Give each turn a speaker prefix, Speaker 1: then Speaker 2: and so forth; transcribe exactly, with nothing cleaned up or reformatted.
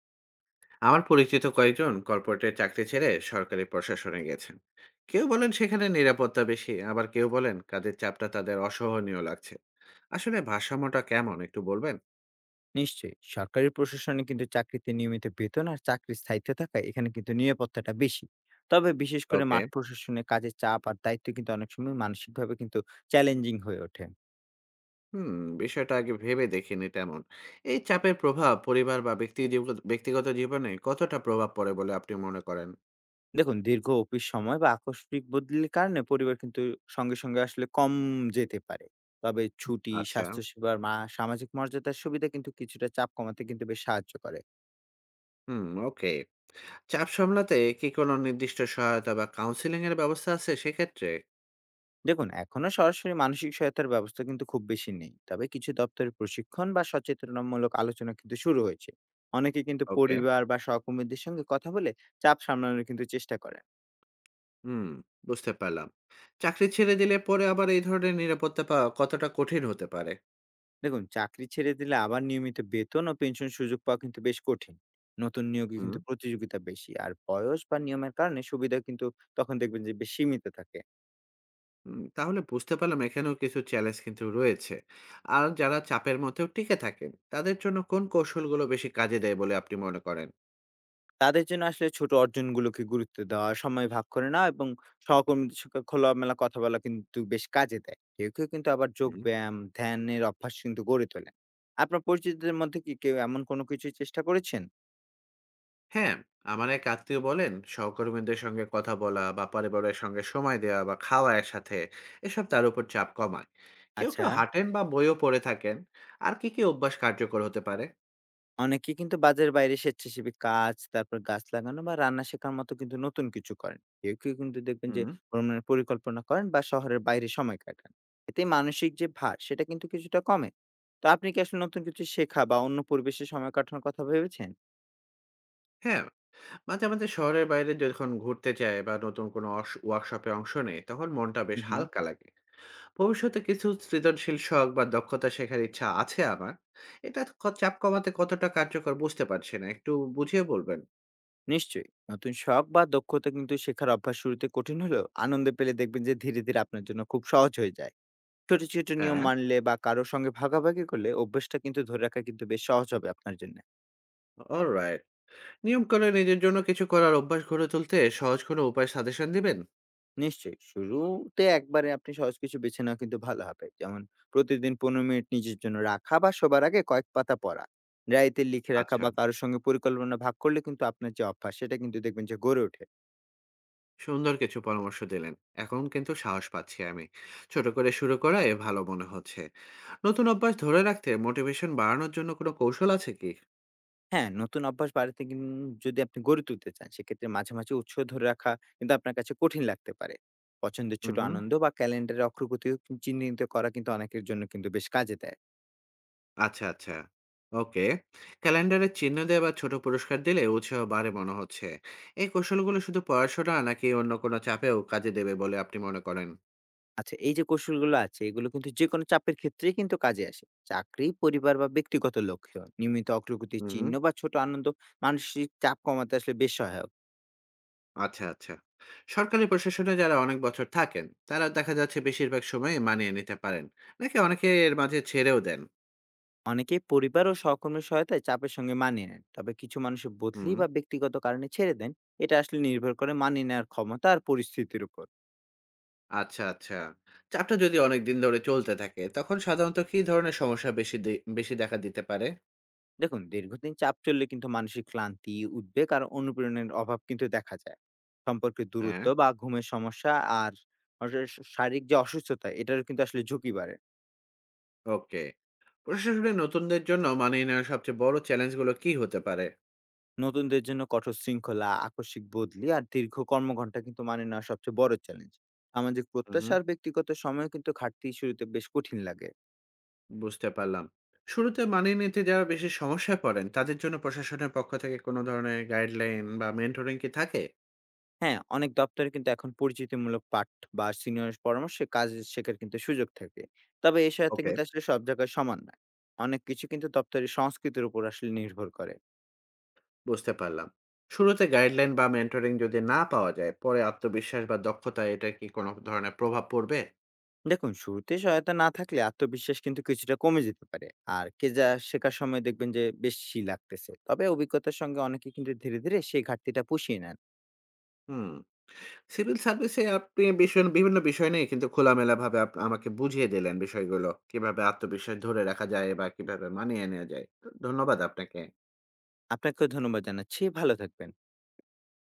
Speaker 1: আমার পরিচিত কয়েকজন কর্পোরেটের চাকরি ছেড়ে সরকারি প্রশাসনে গেছেন। কেউ বলেন সেখানে নিরাপত্তা বেশি, আবার কেউ বলেন কাজের চাপটা তাদের অসহনীয় লাগছে। আসলে ভারসাম্যটা কেমন, একটু বলবেন?
Speaker 2: নিশ্চয়ই। সরকারি প্রশাসনে কিন্তু চাকরিতে নিয়মিত বেতন আর চাকরির স্থায়িত্ব থাকায় এখানে কিন্তু নিরাপত্তাটা বেশি। তবে বিশেষ করে
Speaker 1: ওকে।
Speaker 2: মাঠ প্রশাসনে কাজের চাপ আর দায়িত্ব কিন্তু অনেক সময় মানসিকভাবে কিন্তু চ্যালেঞ্জিং হয়ে ওঠে।
Speaker 1: হুম। বিষয়টা আগে ভেবে দেখিনি তেমন। এই চাপের প্রভাব পরিবার বা ব্যক্তি জীব- ব্যক্তিগত জীবনে কতটা প্রভাব পড়ে বলে আপনি মনে করেন?
Speaker 2: দেখুন দীর্ঘ অফিস সময় বা আকস্মিক বদলির কারণে পরিবার কিন্তু সঙ্গে, সঙ্গে আসলে কম যেতে পারে। তবে ছুটি,
Speaker 1: আচ্ছা।
Speaker 2: স্বাস্থ্যসেবার মা সামাজিক মর্যাদার সুবিধা কিন্তু কিছুটা চাপ কমাতে কিন্তু বেশ সাহায্য করে।
Speaker 1: হুম, ওকে। চাপ সামলাতে কি কোনো নির্দিষ্ট সহায়তা বা কাউন্সিলিং এর ব্যবস্থা আছে সেক্ষেত্রে?
Speaker 2: দেখুন এখনো সরাসরি মানসিক সহায়তার ব্যবস্থা কিন্তু খুব বেশি নেই, তবে কিছু দপ্তরের প্রশিক্ষণ বা সচেতনামূলক আলোচনা কিন্তু শুরু হয়েছে। অনেকে কিন্তু
Speaker 1: ওকে।
Speaker 2: পরিবার বা সহকর্মীদের সঙ্গে কথা বলে চাপ সামলানোর কিন্তু চেষ্টা করেন।
Speaker 1: হুম, বুঝতে পারলাম। চাকরি ছেড়ে দিলে পরে আবার এই ধরনের নিরাপত্তা পাওয়া কতটা কঠিন হতে পারে?
Speaker 2: দেখুন চাকরি ছেড়ে দিলে আবার নিয়মিত বেতন ও পেনশন সুযোগ পাওয়া কিন্তু বেশ কঠিন। নতুন নিয়োগে
Speaker 1: হুম।
Speaker 2: কিন্তু প্রতিযোগিতা বেশি আর বয়স বা নিয়মের কারণে সুবিধা কিন্তু তখন দেখবেন যে বেশ সীমিত থাকে।
Speaker 1: হুম, তাহলে বুঝতে পারলাম এখানেও কিছু চ্যালেঞ্জ কিন্তু রয়েছে। আর যারা চাপের মধ্যেও টিকে থাকেন, তাদের জন্য কোন কৌশলগুলো বেশি কাজে দেয় বলে আপনি মনে করেন?
Speaker 2: তাদের জন্য আসলে ছোট অর্জনগুলোকে গুরুত্ব দেওয়া, সময় ভাগ করে নেওয়া এবং সহকর্মীদের সঙ্গে খোলামেলা কথা বলা কিন্তু বেশ কাজে দেয়। কেউ, কেউ কিন্তু আবার
Speaker 1: হুম।
Speaker 2: যোগব্যায়াম, ধ্যানের অভ্যাস কিন্তু গড়ে তোলেন। আপনার পরিচিতদের মধ্যে কি কেউ এমন কোনো কিছু চেষ্টা করেছেন?
Speaker 1: হ্যাঁ, আমার এক আত্মীয় বলেন, সহকর্মীদের সঙ্গে কথা বলা বা পরিবারের সঙ্গে সময় দেওয়া বা খাওয়া একসাথে, এসব তার উপর চাপ কমায়। কেউ,
Speaker 2: আচ্ছা।
Speaker 1: কেউ হাঁটেন বা বইও পড়ে থাকেন। আর কি, কি অভ্যাস কার্যকর হতে পারে?
Speaker 2: অনেকে কিন্তু বাজারের বাইরে স্বেচ্ছাসেবী কাজ, তারপর গাছ লাগানো বা রান্না শেখার মতো কিন্তু নতুন কিছু করেন। কেউ, কেউ কিন্তু দেখবেন যে
Speaker 1: হুম।
Speaker 2: ভ্রমণের পরিকল্পনা করেন বা শহরের বাইরে সময় কাটান। এতে মানসিক যে ভার সেটা কিন্তু কিছুটা কমে। তো আপনি কি আসলে নতুন কিছু শেখা বা অন্য পরিবেশে সময় কাটানোর কথা ভেবেছেন?
Speaker 1: হ্যাঁ, মাঝে মাঝে শহরের বাইরে যখন ঘুরতে যায় বা নতুন কোনো ওয়ার্কশপে অংশ নেয় তখন মনটা
Speaker 2: হুম,
Speaker 1: বেশ
Speaker 2: হুম।
Speaker 1: হালকা লাগে। ভবিষ্যতে কিছু সৃজনশীল শখ বা দক্ষতা শেখার ইচ্ছা আছে আমার। এটা ক- চাপ কমাতে কতটা কার্যকর বুঝতে পারছি না, একটু বুঝিয়ে বলবেন?
Speaker 2: নিশ্চয়ই। নতুন শখ বা দক্ষতা কিন্তু শেখার অভ্যাস শুরুতে কঠিন হলেও আনন্দ পেলে দেখবেন যে ধীরে, ধীরে আপনার জন্য খুব সহজ হয়ে যায়। ছোট, ছোট নিয়ম
Speaker 1: হ্যাঁ,
Speaker 2: মানলে বা কারো সঙ্গে ভাগাভাগি করলে অভ্যাসটা কিন্তু ধরে রাখা কিন্তু বেশ সহজ হবে আপনার জন্য।
Speaker 1: অলরাইট। নিয়ম করে নিজের জন্য কিছু করার অভ্যাস গড়ে তুলতে সহজ কোনো উপায় সাজেশন দিবেন?
Speaker 2: নিশ্চয়ই। শুরুতে একবারে আপনি সহজ কিছু বেছে নেওয়া কিন্তু ভালো হবে। যেমন প্রতিদিন পনেরো মিনিট নিজের জন্য রাখা বা শোবার আগে কয়েক পাতা পড়া। ডায়েরিতে লিখে রাখা
Speaker 1: আচ্ছা,
Speaker 2: বা কারো সঙ্গে পরিকল্পনা ভাগ করলে কিন্তু আপনার যে অভ্যাস সেটা কিন্তু দেখবেন যে গড়ে ওঠে।
Speaker 1: সুন্দর কিছু পরামর্শ দিলেন। এখন কিন্তু সাহস পাচ্ছি আমি। ছোট করে শুরু করায় ভালো মনে হচ্ছে। নতুন অভ্যাস ধরে রাখতে মোটিভেশন বাড়ানোর জন্য কোনো কৌশল আছে কি?
Speaker 2: হ্যাঁ, নতুন অভ্যাস বাড়াতে কিন যদি আপনি গড়ে তুলতে চান, সেক্ষেত্রে মাঝে, মাঝে উৎস ধরে রাখা কিন্তু আপনার কাছে কঠিন লাগতে পারে। পছন্দের
Speaker 1: হুম,
Speaker 2: ছোট
Speaker 1: হুম।
Speaker 2: আনন্দ বা ক্যালেন্ডারে অগ্রগতিও চিহ্নিত করা কিন্তু অনেকের জন্য কিন্তু বেশ কাজে দেয়।
Speaker 1: আচ্ছা, আচ্ছা। ওকে। ক্যালেন্ডারে চিহ্ন দেয়া বা ছোট পুরস্কার দিলে উৎসাহ বাড়ে মনে হচ্ছে। এই কৌশলগুলো শুধু পড়াশোনা নাকি অন্য কোনো চাপেও কাজে দেবে বলে আপনি মনে করেন?
Speaker 2: আচ্ছা, এই যে কৌশলগুলো আছে এগুলো কিন্তু যেকোনো চাপের ক্ষেত্রেই কিন্তু কাজে আসে। চাকরি, পরিবার বা ব্যক্তিগত লক্ষ্য। নিয়মিত অগ্রগতির
Speaker 1: হুম, হুম।
Speaker 2: চিহ্ন বা ছোট আনন্দ মানসিক চাপ কমাতে আসলে বেশ সহায়ক।
Speaker 1: আচ্ছা, আচ্ছা। সরকারি প্রশাসনে যারা অনেক বছর থাকেন, তারা দেখা যাচ্ছে বেশিরভাগ সময়ে মানিয়ে নিতে পারেন। নাকি অনেকে এর মাঝে ছেড়েও দেন?
Speaker 2: অনেকেই পরিবার ও সহকর্মীর সহায়তায় চাপের সঙ্গে মানিয়ে নেন। তবে কিছু মানুষের বদলি
Speaker 1: হুম।
Speaker 2: বা ব্যক্তিগত কারণে ছেড়ে দেন। এটা আসলে নির্ভর করে মানিয়ে নেওয়ার ক্ষমতা আর পরিস্থিতির উপর।
Speaker 1: আচ্ছা, আচ্ছা। চাপটা যদি অনেকদিন ধরে চলতে থাকে, তখন সাধারণত কী ধরনের সমস্যা বেশি দে বেশি দেখা দিতে পারে?
Speaker 2: দেখুন দীর্ঘদিন চাপ চললে কিন্তু মানসিক ক্লান্তি, উদ্বেগ আর অনুপ্রেরণার অভাব কিন্তু দেখা যায়। সম্পর্কের
Speaker 1: হ্যাঁ,
Speaker 2: দূরত্ব বা ঘুমের সমস্যা আর অবশ্য শারীরিক যে অসুস্থতা এটারও কিন্তু আসলে ঝুঁকি বাড়ে।
Speaker 1: ওকে। প্রশাসনে নতুনদের জন্য মানিয়ে নেওয়ার সবচেয়ে বড় চ্যালেঞ্জগুলো কি হতে পারে?
Speaker 2: নতুনদের জন্য কঠোর শৃঙ্খলা, আকস্মিক বদলি আর দীর্ঘ কর্মঘণ্টা কিন্তু মানিয়ে নেওয়া সবচেয়ে বড় চ্যালেঞ্জ। সামাজিক
Speaker 1: হুম,
Speaker 2: প্রত্যাশা আর ব্যক্তিগত সময় কিন্তু ঘাটতি শুরুতে বেশ কঠিন লাগে।
Speaker 1: বুঝতে পারলাম। শুরুতে মানিয়ে নিতে যারা বেশি সমস্যায় পড়েন তাদের জন্য প্রশাসনের পক্ষ থেকে কোনো ধরনের গাইডলাইন বা মেন্টরিং কি থাকে?
Speaker 2: হ্যাঁ, অনেক দপ্তরে কিন্তু এখন পরিচিতিমূলক পাঠ বা সিনিয়র পরামর্শে কাজ শেখার কিন্তু সুযোগ থাকে। তবে এই সহায়তা
Speaker 1: ওকে,
Speaker 2: কিন্তু আসলে সব জায়গায় সমান নয়। অনেক কিছু কিন্তু দপ্তরের সংস্কৃতির উপর আসলে নির্ভর করে।
Speaker 1: বুঝতে পারলাম। শুরুতে গাইডলাইন বা মেন্টরিং যদি না পাওয়া যায় পরে আত্মবিশ্বাস বা দক্ষতা এটা কি কোনো ধরনের প্রভাব পড়বে?
Speaker 2: দেখুন শুরুতে সহায়তা না থাকলে আত্মবিশ্বাস কিন্তু কিছুটা কমে যেতে পারে, আর কে যা শেখার সময় দেখবেন যে বেশি লাগতেছে। তবে অভিজ্ঞতার সঙ্গে অনেকে কিন্তু ধীরে ধীরে সেই ঘাটতিটা পুষিয়ে নেন।
Speaker 1: হুম। সিভিল সার্ভিসে আপনি বিষয়- বিভিন্ন বিষয় নিয়ে কিন্তু খোলামেলাভাবে আপ- আমাকে বুঝিয়ে দিলেন বিষয়গুলো কিভাবে আত্মবিশ্বাস ধরে রাখা যায় বা কিভাবে মানিয়ে নেওয়া যায়। ধন্যবাদ আপনাকে।
Speaker 2: আপনাকেও ধন্যবাদ জানাচ্ছি, ভালো থাকবেন।